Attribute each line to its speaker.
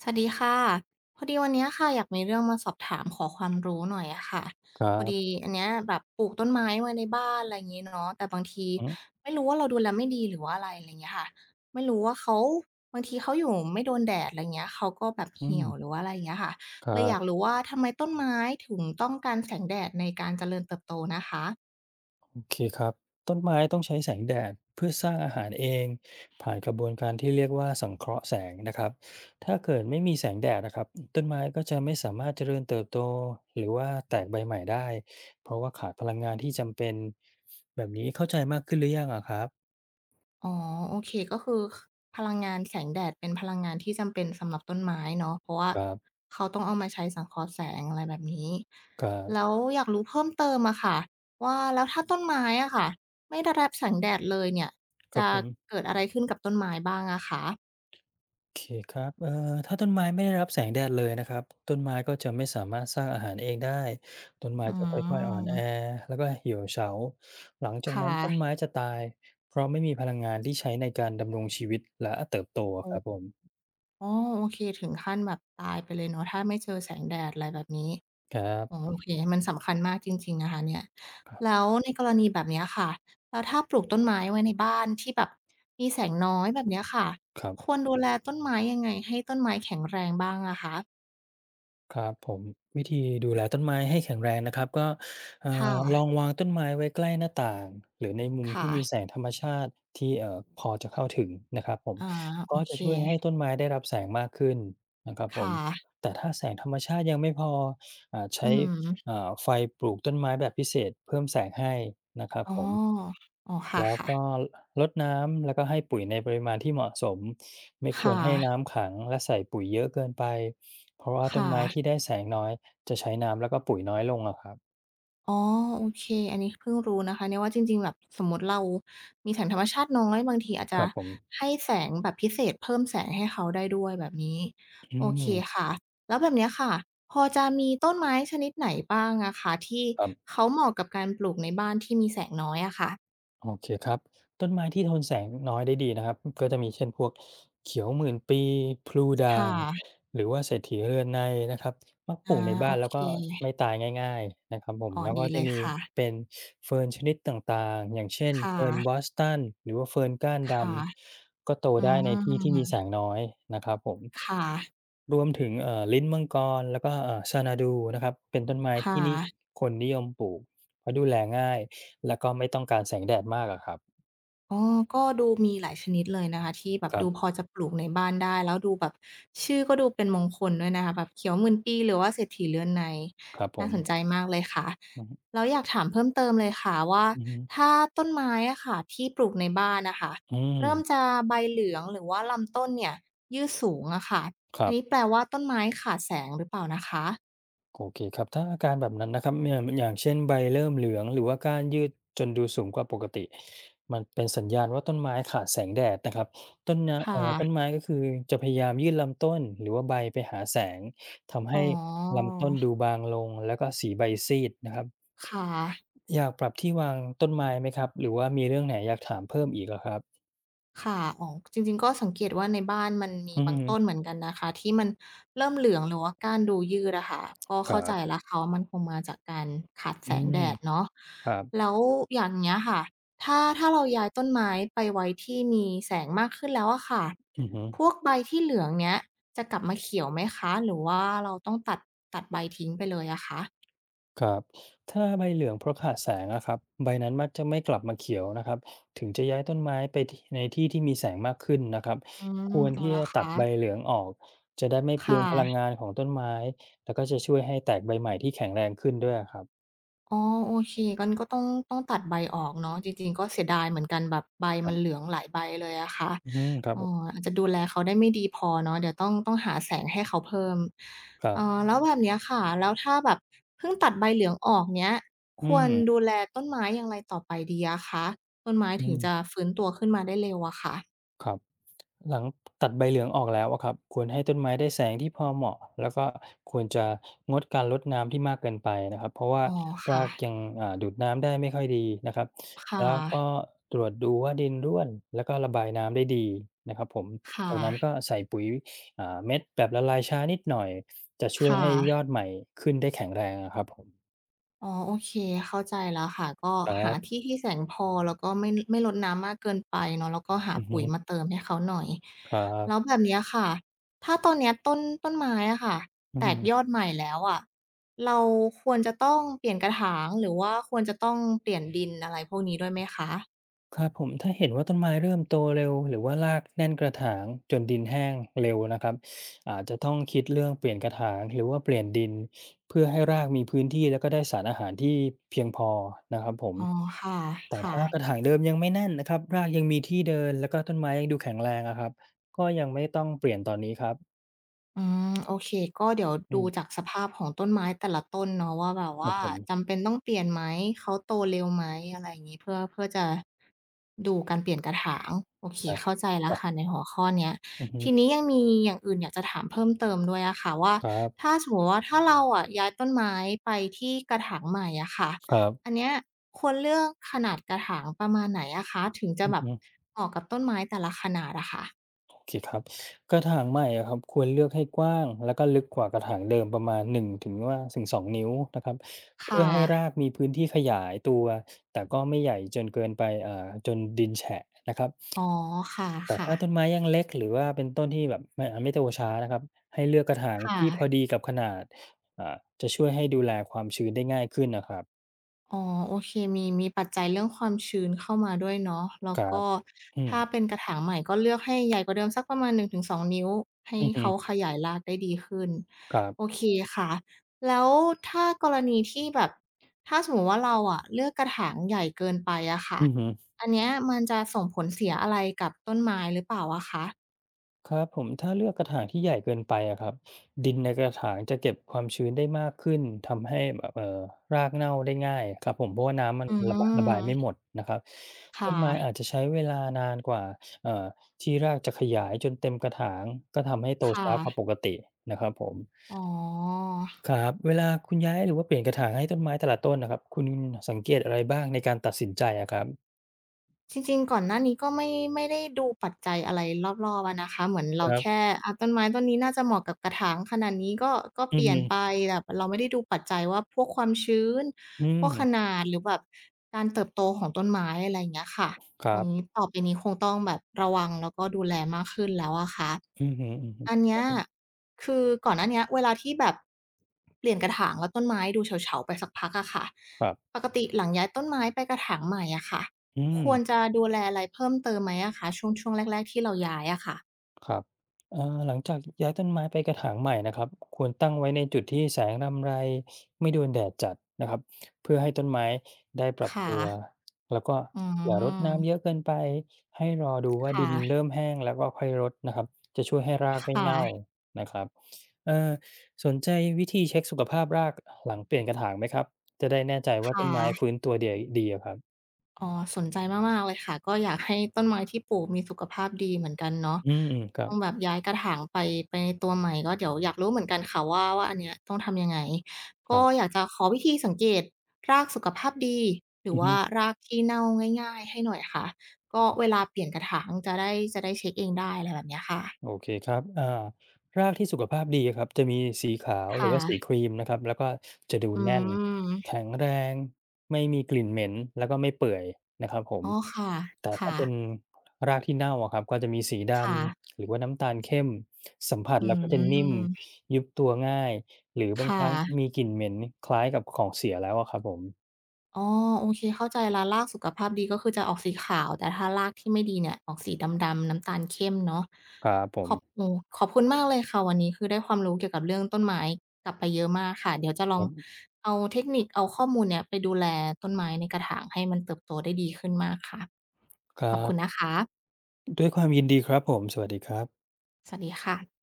Speaker 1: สวัสดีค่ะพอดีวันเนี้ยค่ะอยากมีเรื่องมาสอบถามขอความรู้หน่อยอะค่ะ
Speaker 2: ครั
Speaker 1: พอดี
Speaker 2: บ
Speaker 1: อันเนี้ยแบบปลูกต้นไม้ไว้ในบ้านอะไรอย่างงี้เนาะแต่บางที
Speaker 2: อืม
Speaker 1: ไม่รู้ว่าเราดูแลไม่ดีหรือว่าอะไรอะไรอย่างเงี้ยค่ะไม่รู้ว่าเขาบางทีเขาอยู่ไม่โดนแดดอะไรอย่างเงี้ยเขาก็แบบ
Speaker 2: อื
Speaker 1: เหี่
Speaker 2: ม
Speaker 1: ยวหรือว่าอะไรอย่างเงี้ยค่ะ
Speaker 2: ค
Speaker 1: เลยอยาก
Speaker 2: รับ
Speaker 1: รู้ว่าทำไมต้นไม้ถึงต้องการแสงแดดในการเจริญเติบโตนะคะ
Speaker 2: โอเคครับต้นไม้ต้องใช้แสงแดดเพื่อสร้างอาหารเองผ่านกระบวนการที่เรียกว่าสังเคราะห์แสงนะครับถ้าเกิดไม่มีแสงแดดนะครับต้นไม้ก็จะไม่สามารถเจริญเติบโตหรือว่าแตกใบใหม่ได้เพราะว่าขาดพลังงานที่จำเป็นแบบนี้เข้าใจมากขึ้นหรือยังอะครับ
Speaker 1: อ๋อโอเคก็คือพลังงานแสงแดดเป็นพลังงานที่จำเป็นสำหรับต้นไม้เนาะเพราะว่า
Speaker 2: ครับ
Speaker 1: เขาต้องเอามาใช้สังเคราะห์แสงอะไรแบบนี้
Speaker 2: ครั
Speaker 1: แล้ว
Speaker 2: บ
Speaker 1: อยากรู้เพิ่มเติมอะค่ะว่าแล้วถ้าต้นไม้อะค่ะไม่ได้รับแสงแดดเลยเนี่ย
Speaker 2: ครับ
Speaker 1: จะ
Speaker 2: ผม
Speaker 1: เกิดอะไรขึ้นกับต้นไม้บ้างอะคะ
Speaker 2: โอเคครับถ้าต้นไม้ไม่ได้รับแสงแดดเลยนะครับ ต้นไม้ก็จะไม่สามารถสร้างอาหารเองได้ ต้นไม้
Speaker 1: อื
Speaker 2: จะค่อยๆอ่อน
Speaker 1: ม
Speaker 2: แอแล้วก็เหี่ยวเฉา หลังจาก
Speaker 1: ค่
Speaker 2: นั้นต้นไม้
Speaker 1: ะ
Speaker 2: จะตาย เพราะไม่มีพลังงานที่ใช้ในการดำรงชีวิตและเติบโตอะครับ
Speaker 1: โอ
Speaker 2: ผม
Speaker 1: ้โอเคถึงขั้นแบบตายไปเลยเนาะถ้าไม่เจอแสงแดดอะไรแบบนี้
Speaker 2: ครั
Speaker 1: อ๋อ
Speaker 2: บ
Speaker 1: โอเคมันสำคัญมากจริงๆนะคะเนี่ย
Speaker 2: ครับ
Speaker 1: แล้วในกรณีแบบเนี้ยค่ะแล้วถ้าปลูกต้นไม้ไว้ในบ้านที่แบบมีแสงน้อยแบบเนี้ยค่ะ
Speaker 2: ครั
Speaker 1: ค
Speaker 2: บ
Speaker 1: วรดูแลต้นไม้ยังไงให้ต้นไม้แข็งแรงบ้างอะคะ
Speaker 2: ครับผมวิธีดูแลต้นไม้ให้แข็งแรงนะครับก็เอ่
Speaker 1: ค่ะ
Speaker 2: อลองวางต้นไม้ไว้ใกล้หน้าต่างหรือในมุม
Speaker 1: ค่ะ
Speaker 2: ที่มีแสงธรรมชาติที่พอจะเข้าถึงนะครับผม
Speaker 1: อาโอ
Speaker 2: ก็
Speaker 1: เค
Speaker 2: จะช่วยให้ต้นไม้ได้รับแสงมากขึ้นนะครับผม
Speaker 1: ค่ะ
Speaker 2: แต่ถ้าแสงธรรมชาติยังไม่พอ
Speaker 1: อื
Speaker 2: ใช้
Speaker 1: ม
Speaker 2: ไฟปลูกต้นไม้แบบพิเศษเพิ่มแสงให้นะครับ
Speaker 1: อ๋อ
Speaker 2: ผม
Speaker 1: อ๋อ
Speaker 2: แล้ว
Speaker 1: ค่ะ
Speaker 2: ก็รดน้ำแล้วก็ให้ปุ๋ยในปริมาณที่เหมาะสมไม่
Speaker 1: ๆ
Speaker 2: ควร
Speaker 1: ค่ะ
Speaker 2: ให้น้ำขังและใส่ปุ๋ยเยอะเกินไปเพราะว่าต้น
Speaker 1: ค่ะ
Speaker 2: ไม้ที่ได้แสงน้อยจะใช้น้ำแล้วก็ปุ๋ยน้อยลงอะครับ
Speaker 1: อ๋อโอเคอันนี้เพิ่งรู้นะคะเนี่ยว่าจริงๆแบบสมมุติเรามีแสงธรรมชาติน้อยบางทีอาจ
Speaker 2: ค
Speaker 1: จะ
Speaker 2: รับผม
Speaker 1: ให้แสงแบบพิเศษเพิ่มแสงให้เขาได้ด้วยแบบนี้
Speaker 2: อื
Speaker 1: โอ
Speaker 2: ม
Speaker 1: เคค่ะแล้วแบบเนี้ยค่ะพอจะมีต้นไม้ชนิดไหนบ้างอะคะที่
Speaker 2: ครับ
Speaker 1: เขาเหมาะกับการปลูกในบ้านที่มีแสงน้อยอะค่ะ
Speaker 2: โอเคครับต้นไม้ที่ทนแสงน้อยได้ดีนะครับก็จะมีเช่นพวกเขียวหมื่นปีพลูด่า
Speaker 1: ค่
Speaker 2: ง
Speaker 1: ะ
Speaker 2: หรือว่าเศรษฐีเรือนในนะครับมักป
Speaker 1: อา
Speaker 2: ลูกใน
Speaker 1: โอ
Speaker 2: บ้านแล้ว
Speaker 1: เค
Speaker 2: ก็ไม่ตายง่ายๆนะครับผม
Speaker 1: อ๋อ
Speaker 2: แล้ว
Speaker 1: ดี
Speaker 2: ก็
Speaker 1: เล
Speaker 2: จะ
Speaker 1: ย
Speaker 2: มี
Speaker 1: ค่ะ
Speaker 2: เป็นเฟิร์นชนิดต่างๆอย่างเช่น
Speaker 1: ค่ะ
Speaker 2: เฟิร์นบอสตันหรือว่าเฟิร์นก้านด
Speaker 1: ค่ะ
Speaker 2: ำก็โต
Speaker 1: อื
Speaker 2: ได้ในที่ที่มีแส
Speaker 1: ม
Speaker 2: งน้อยนะครับผม
Speaker 1: ค่ะ
Speaker 2: รวมถึงลิ้นมังกรแล้วก็ซานาดูนะครับเป็นต้นไม้
Speaker 1: ค่ะ
Speaker 2: ที่นี่คนนิยมปลูกเพราะดูแลง่ายแล้วก็ไม่ต้องการแสงแดดมากอะครับ
Speaker 1: อ๋อก็ดูมีหลายชนิดเลยนะคะที่แบบ
Speaker 2: ครั
Speaker 1: ดูพ
Speaker 2: บ
Speaker 1: อจะปลูกในบ้านได้แล้วดูแบบชื่อก็ดูเป็นมงคลด้วยนะคะแบบเขียวหมื่นปีหรือว่าเศรษฐีเรือนใน
Speaker 2: ครับผ
Speaker 1: น่า
Speaker 2: ม
Speaker 1: สนใจมากเลยค่ะ
Speaker 2: อือฮึ
Speaker 1: แล้วอยากถามเพิ่มเติมเลยค่ะว่า
Speaker 2: อือฮึ
Speaker 1: ถ้าต้นไม้อะค่ะที่ปลูกในบ้านนะค่ะ
Speaker 2: อืม
Speaker 1: เริ่มจะใบเหลืองหรือว่าลำต้นเนี่ยยืดสูงอะค่ะ
Speaker 2: ค
Speaker 1: อั
Speaker 2: รั
Speaker 1: นนี้แป
Speaker 2: บ
Speaker 1: ลว่าต้นไม้ขาดแสงหรือเปล่านะคะ
Speaker 2: โอเคครับ ถ้าอาการแบบนั้นนะครับเนี่ยอย่างเช่นใบเริ่มเหลืองหรือว่าก้านยืดจนดูสูงกว่าปกติ มันเป็นสัญญาณว่าต้นไม้ขาดแสงแดดนะครับต้นนะ
Speaker 1: ค่ะ
Speaker 2: เอ่อต้นไม้ก็คือจะพยายามยืดลำต้นหรือว่าใบไปหาแสง ทำ
Speaker 1: อ๋
Speaker 2: ให้
Speaker 1: อ
Speaker 2: ลำต้นดูบางลงแล้วก็สีใบซีดนะครับ
Speaker 1: ค่ะ
Speaker 2: อยากปรับที่วางต้นไม้ไหมครับหรือว่ามีเรื่องไหนอยากถามเพิ่มอีกอะครับ
Speaker 1: ค่ะอ๋อจริงๆก็สังเกตว่าในบ้านมันมี
Speaker 2: อือ
Speaker 1: บางต้นเห
Speaker 2: ฮึ
Speaker 1: มือนกันนะคะที่มันเริ่มเหลืองหรือว่าก้านดูยืดอะค่ะก็
Speaker 2: ค
Speaker 1: เข้า
Speaker 2: รั
Speaker 1: ใจ
Speaker 2: บ
Speaker 1: แล้วค่ะว่ามันคงมาจากการขาดแส
Speaker 2: อื
Speaker 1: ง
Speaker 2: ม
Speaker 1: แดดเนาะ
Speaker 2: ครับ
Speaker 1: แล้วอย่างเงี้ยค่ะ ถ้าเราย้ายต้นไม้ไปไว้ที่มีแสงมากขึ้นแล้วอะค่ะ
Speaker 2: อือฮึ
Speaker 1: พวกใบที่เหลืองเนี้ยจะกลับมาเขียวไหมคะหรือว่าเราต้องตัดใบทิ้งไปเลยอะคะ
Speaker 2: ครับถ้าใบเหลืองเพราะขาดแสงนะครับใบนั้นมักจะไม่กลับมาเขียวนะครับถึงจะย้ายต้นไม้ไปที่ในที่ที่มีแสงมากขึ้นนะครับ
Speaker 1: อื
Speaker 2: ค
Speaker 1: ม
Speaker 2: วร
Speaker 1: อ๋อ
Speaker 2: ที่
Speaker 1: เหรอ
Speaker 2: จะตั
Speaker 1: คะ
Speaker 2: ดใบเหลืองออกจะได้ไม่
Speaker 1: ค
Speaker 2: เปลืองพลัง
Speaker 1: ่ะ
Speaker 2: งานของต้นไม้แล้วก็จะช่วยให้แตกใบใหม่ที่แข็งแรงขึ้นด้วยครับ
Speaker 1: อ๋อโอเคงั้นก็ต้องตัดใบออกเนาะจริงๆก็เสียดายเหมือนกันแบบใบ
Speaker 2: ครั
Speaker 1: มันเหลื
Speaker 2: บ
Speaker 1: องหลายใบเลยอะค่ะ
Speaker 2: อืมครับ
Speaker 1: อ๋อ
Speaker 2: ผม
Speaker 1: อาจจะดูแลเขาได้ไม่ดีพอเนาะเดี๋ยวต้องหาแสงให้เขาเพิ่ม
Speaker 2: ครับ
Speaker 1: แล้วแบบเนี้ยค่ะแล้วถ้าแบบเพิ่งตัดใบเหลืองออกเนี้ยค
Speaker 2: อื
Speaker 1: วร
Speaker 2: ม
Speaker 1: ดูแลต้นไม้อย่างไรต่อไปดีอะคะต้นไม้
Speaker 2: อื
Speaker 1: ถึงจะ
Speaker 2: ม
Speaker 1: ฟื้นตัวขึ้นมาได้เร็วอะค่ะ
Speaker 2: ครับ หลังตัดใบเหลืองออกแล้วอะครับควรให้ต้นไม้ได้แสงที่พอเหมาะแล้วก็ควรจะงดการรดน้ำที่มากเกินไปนะครับเพราะว่า
Speaker 1: อ๋อค่ะ
Speaker 2: รากยังดูดน้ำได้ไม่ค่อยดีนะครับ
Speaker 1: ค่
Speaker 2: แล้วก็
Speaker 1: ะ
Speaker 2: ตรวจดูว่าดินร่วนแล้วก็ระบายน้ำได้ดีนะครับผม
Speaker 1: ค่ะ
Speaker 2: จากนั้นก็ใส่ปุ๋ยเม็ดแบบละลายช้านิดหน่อยจะช่
Speaker 1: ค
Speaker 2: วยให้ยอ
Speaker 1: ่ะ
Speaker 2: ดใหม่ขึ้นได้แข็งแรงอะครับผม
Speaker 1: อ๋อโอเคเข้าใจแล้วค่ะก็
Speaker 2: ครั
Speaker 1: หา
Speaker 2: บ
Speaker 1: ที่ที่แสงพอแล้วก็ไม่รดน้ำมากเกินไปเนาะแล้วก็หา
Speaker 2: อือฮึ
Speaker 1: ปุ๋ยมาเติมให้เขาหน่อย
Speaker 2: ครั
Speaker 1: แล้ว
Speaker 2: บ
Speaker 1: แบบเนี้ยค่ะถ้าตอนเนี้ยต้นไม้อะค่ะ
Speaker 2: อื
Speaker 1: แตกยอ
Speaker 2: ม
Speaker 1: ดใหม่แล้วอะเราควรจะต้องเปลี่ยนกระถางหรือว่าควรจะต้องเปลี่ยนดินอะไรพวกนี้ด้วยไหมคะ
Speaker 2: ครับผมถ้าเห็นว่าต้นไม้เริ่มโตเร็วหรือว่ารากแน่นกระถางจนดินแห้งเร็วนะครับอาจจะต้องคิดเรื่องเปลี่ยนกระถางหรือว่าเปลี่ยนดินเพื่อให้รากมีพื้นที่แล้วก็ได้สารอาหารที่เพียงพอนะครับผม
Speaker 1: อ๋อค่ะ
Speaker 2: แต่
Speaker 1: ค่ะ
Speaker 2: ถ้ากระถางเดิมยังไม่แน่นนะครับรากยังมีที่เดินแล้วก็ต้นไม้ยังดูแข็งแรงนะครับก็ยังไม่ต้องเปลี่ยนตอนนี้ครับ
Speaker 1: อืมโอเคก็เดี๋ยว
Speaker 2: อื
Speaker 1: ดู
Speaker 2: ม
Speaker 1: จากสภาพของต้นไม้แต่ละต้นเนาะว่าแบบ
Speaker 2: ครับ
Speaker 1: ว่า
Speaker 2: ผม
Speaker 1: จำเป็นต้องเปลี่ยนไหมเขาโตเร็วไหมอะไรอย่างงี้เพื่อจะดูการเปลี่ยนกระถางโอเค
Speaker 2: ครับ
Speaker 1: เข้าใจ
Speaker 2: ค
Speaker 1: แล้ว
Speaker 2: รั
Speaker 1: ค่ะใน
Speaker 2: บ
Speaker 1: หัวข้อเนี้ย
Speaker 2: อือฮึ
Speaker 1: ทีนี้ยังมีอย่างอื่นอยากจะถามเพิ่มเติมด้วยอะค่ะว่า
Speaker 2: ครั
Speaker 1: ถ้า
Speaker 2: บ
Speaker 1: สมมุติว่าถ้าเราอะย้ายต้นไม้ไปที่กระถางใหม่อะค่ะ
Speaker 2: ครั
Speaker 1: อัน
Speaker 2: บ
Speaker 1: เนี้ยควรเลือกขนาดกระถางประมาณไหนอะคะถึงจะ
Speaker 2: อือ
Speaker 1: แบบ
Speaker 2: ฮึ
Speaker 1: เหมาะกับต้นไม้แต่ละขนาดอะค่ะ
Speaker 2: สิครับกระถางใหม่อะครับควรเลือกให้กว้างแล้วก็ลึกกว่ากระถางเดิมประมาณ1ถึง2นิ้วนะครับเพื่
Speaker 1: ค่ะ
Speaker 2: อให้รากมีพื้นที่ขยายตัวแต่ก็ไม่ใหญ่จนเกินไปจนดินแฉะนะครับ
Speaker 1: อ๋อค
Speaker 2: แต่
Speaker 1: ่ะ
Speaker 2: ถ้า
Speaker 1: ๆ
Speaker 2: ต้นไม้ยังเล็กหรือว่าเป็นต้นที่แบบไม่โตช้านะครับให้เลือกกระถางที่พอ
Speaker 1: ค่ะ
Speaker 2: ดีกับขนาดอ่าจะช่วยให้ดูแลความชื้นได้ง่ายขึ้นน่ะครับ
Speaker 1: อ๋อโอเคมีมีปัจจัยเรื่องความชื้นเข้ามาด้วยเนาะแล้
Speaker 2: ค
Speaker 1: ว
Speaker 2: รับ
Speaker 1: ก็
Speaker 2: อื
Speaker 1: ถ้า
Speaker 2: ม
Speaker 1: เป็นกระถางใหม่ก็เลือกให้ใหญ่กว่าเดิมสักประมาณ1-2นงถึงสองนิ้วให้
Speaker 2: อือฮึ
Speaker 1: เขาขยายรากได้ดีขึ้น
Speaker 2: ครั
Speaker 1: โอ
Speaker 2: บ
Speaker 1: เคค่ะ แล้วถ้ากรณีที่แบบถ้าสมมุติว่าเราอะเลือกกระถางใหญ่เกินไปอะค่ะ
Speaker 2: อือฮึ
Speaker 1: อันเนี้ยมันจะส่งผลเสียอะไรกับต้นไม้หรือเปล่าอะคะ
Speaker 2: ครับผมถ้าเลือกกระถางที่ใหญ่เกินไปอะครับดินในกระถางจะเก็บความชื้นได้มากขึ้นทำให้แบบรากเน่าได้ง่ายครับผมเพราะว่าน้ำมัน
Speaker 1: อื
Speaker 2: ระบายไม่หม
Speaker 1: ม
Speaker 2: ดนะครับต้
Speaker 1: ค่ะ
Speaker 2: นไม้อาจจะใช้เวลานานกว่าเอ่อที่รากจะขยายจนเต็มกระถางก็ทำให้โต
Speaker 1: ค่ะ
Speaker 2: ช้ากว่าปกตินะครับผม
Speaker 1: อ๋อ
Speaker 2: ครับเวลาคุณย้ายหรือว่าเปลี่ยนกระถางให้ต้นไม้แต่ละต้นนะครับคุณสังเกตอะไรบ้างในการตัดสินใจอะครับ
Speaker 1: จริงๆ ก่อนหน้านี้ก็ไม่ได้ดูปัจจัยอะไรรอบๆอะนะคะเหมือนเรา
Speaker 2: ครั
Speaker 1: แค่
Speaker 2: บ
Speaker 1: อาต้นไม้ต้นนี้น่าจะเหมาะกับกระถางขนาดนี้ก็
Speaker 2: อื
Speaker 1: เปลี่ยนไป
Speaker 2: ม
Speaker 1: แบบเราไม่ได้ดูปัจจัยว่าพวกความชื้น
Speaker 2: อื
Speaker 1: พวกข
Speaker 2: ม
Speaker 1: นาดหรือแบบการเติบโตของต้นไม้อะไรอย่างเงี้ยค่ะ
Speaker 2: ค
Speaker 1: ตร
Speaker 2: รั
Speaker 1: งนี้
Speaker 2: บ
Speaker 1: ต่อไปนี้คงต้องแบบระวังแล้วก็ดูแลมากขึ้นแล้วอะค่ะ
Speaker 2: อืมอฮึ
Speaker 1: อัน
Speaker 2: ๆค
Speaker 1: เนี้
Speaker 2: รั
Speaker 1: ย
Speaker 2: บผม
Speaker 1: คือก่อนหน้าเนี้ยเวลาที่แบบเปลี่ยนกระถางแล้วต้นไม้ดูเฉาๆไปสักพักอะค่ะ
Speaker 2: ครับ
Speaker 1: ปกติหลังย้ายต้นไม้ไปกระถางใหม่อะค่ะ
Speaker 2: อืม
Speaker 1: ควรจะดูแลอะไรเพิ่มเติมไหมอะคะช่วงแรกๆที่เราย้ายอะค่ะ
Speaker 2: ครับหลังจากย้ายต้นไม้ไปกระถางใหม่นะครับควรตั้งไว้ในจุดที่แสงรำไรไม่โดนแดดจัดนะครับเพื่อให้ต้นไม้ได้ปรับ
Speaker 1: ค่ะ
Speaker 2: ตัวแล้วก็
Speaker 1: อื
Speaker 2: อย่ารดน้ำเยอะ
Speaker 1: ม
Speaker 2: เกินไปให้รอดูว่า
Speaker 1: ค่ะ
Speaker 2: ดินเริ่มแห้งแล้วก็ค่อยรดนะครับจะช่วยให้ราก
Speaker 1: ค
Speaker 2: ไม่เน่า
Speaker 1: ่ะ
Speaker 2: นะครับเอ่อสนใจวิธีเช็คสุขภาพรากหลังเปลี่ยนกระถางไหมครับจะได้แน่ใจว่า
Speaker 1: ค่
Speaker 2: ต้นไม้ฟื้
Speaker 1: ะ
Speaker 2: นตัวเดียดีอะครับ
Speaker 1: อ๋อสนใจมากๆเลยค่ะก็อยากให้ต้นไม้ที่ปลูกมีสุขภาพดีเหมือนกันเนาะ
Speaker 2: อืมอืมครั
Speaker 1: ต้อ
Speaker 2: บ
Speaker 1: งแบบย้ายกระถางไปในตัวใหม่ก็เดี๋ยวอยากรู้เหมือนกันค่ะว่าอันเนี้ยต้องทำยังไง
Speaker 2: ๆ
Speaker 1: ก็อยากจะขอวิธีสังเกตรากสุขภาพดีหรือ
Speaker 2: อือฮึ
Speaker 1: ว่ารากที่เน่าง่ายๆให้หน่อยค่ะก็เวลาเปลี่ยนกระถางจะได้เช็กเองได้อะไรแบบเนี้ยค่ะ
Speaker 2: โอเคครับรากที่สุขภาพดีอะครับจะมีสีขาวหรือว่าสี
Speaker 1: ค่ะ
Speaker 2: ครีมนะครับแล้วก็จะดู
Speaker 1: อื
Speaker 2: แน่น
Speaker 1: ม
Speaker 2: แข็งแรง ไม่มีกลิ่นเหม็นแล้วก็ไม่เปื่อยนะครับผม
Speaker 1: อ๋อค่ะ
Speaker 2: แต่ถ้า
Speaker 1: ค่ะ
Speaker 2: เป็นรากที่เน่าอะครับก็จะมีสีด
Speaker 1: ค่ะ
Speaker 2: ำหรือว่าน้ำตาลเข้มสัมผัส
Speaker 1: อื
Speaker 2: แล้วก็จะนิ่ม
Speaker 1: ม
Speaker 2: ยุบตัวง่ายหรือ
Speaker 1: ค
Speaker 2: บางครั้ง
Speaker 1: ่ะ
Speaker 2: มีกลิ่นเหม็นคล้ายกับของเสียแล้วอะครับผม
Speaker 1: อ๋อโอเคเข้าใจแล้วรากสุขภาพดีก็คือจะออกสีขาว แต่ถ้ารากที่ไม่ดีเนี่ยออกสีดำๆน้ำตาลเข้มเนาะ
Speaker 2: ครับผ
Speaker 1: ขอบ
Speaker 2: ม
Speaker 1: โอ้ขอบคุณมากเลยค่ะวันนี้คือได้ความรู้เกี่ยวกับเรื่องต้นไม้กลับไปเยอะมากค่ะ เดี๋ยวจะล
Speaker 2: ค
Speaker 1: อง
Speaker 2: รับ
Speaker 1: เอาเทคนิคเอาข้อมูลเนี่ยไปดูแลต้นไม้ในกระถางให้มันเติบโตได้ดีขึ้นมากค่ะ
Speaker 2: ครั
Speaker 1: ขอบคุณนะ
Speaker 2: บ
Speaker 1: คะ
Speaker 2: ด้วยความยินดีครับผมสวัสดีครับ
Speaker 1: สวัสดีค่ะ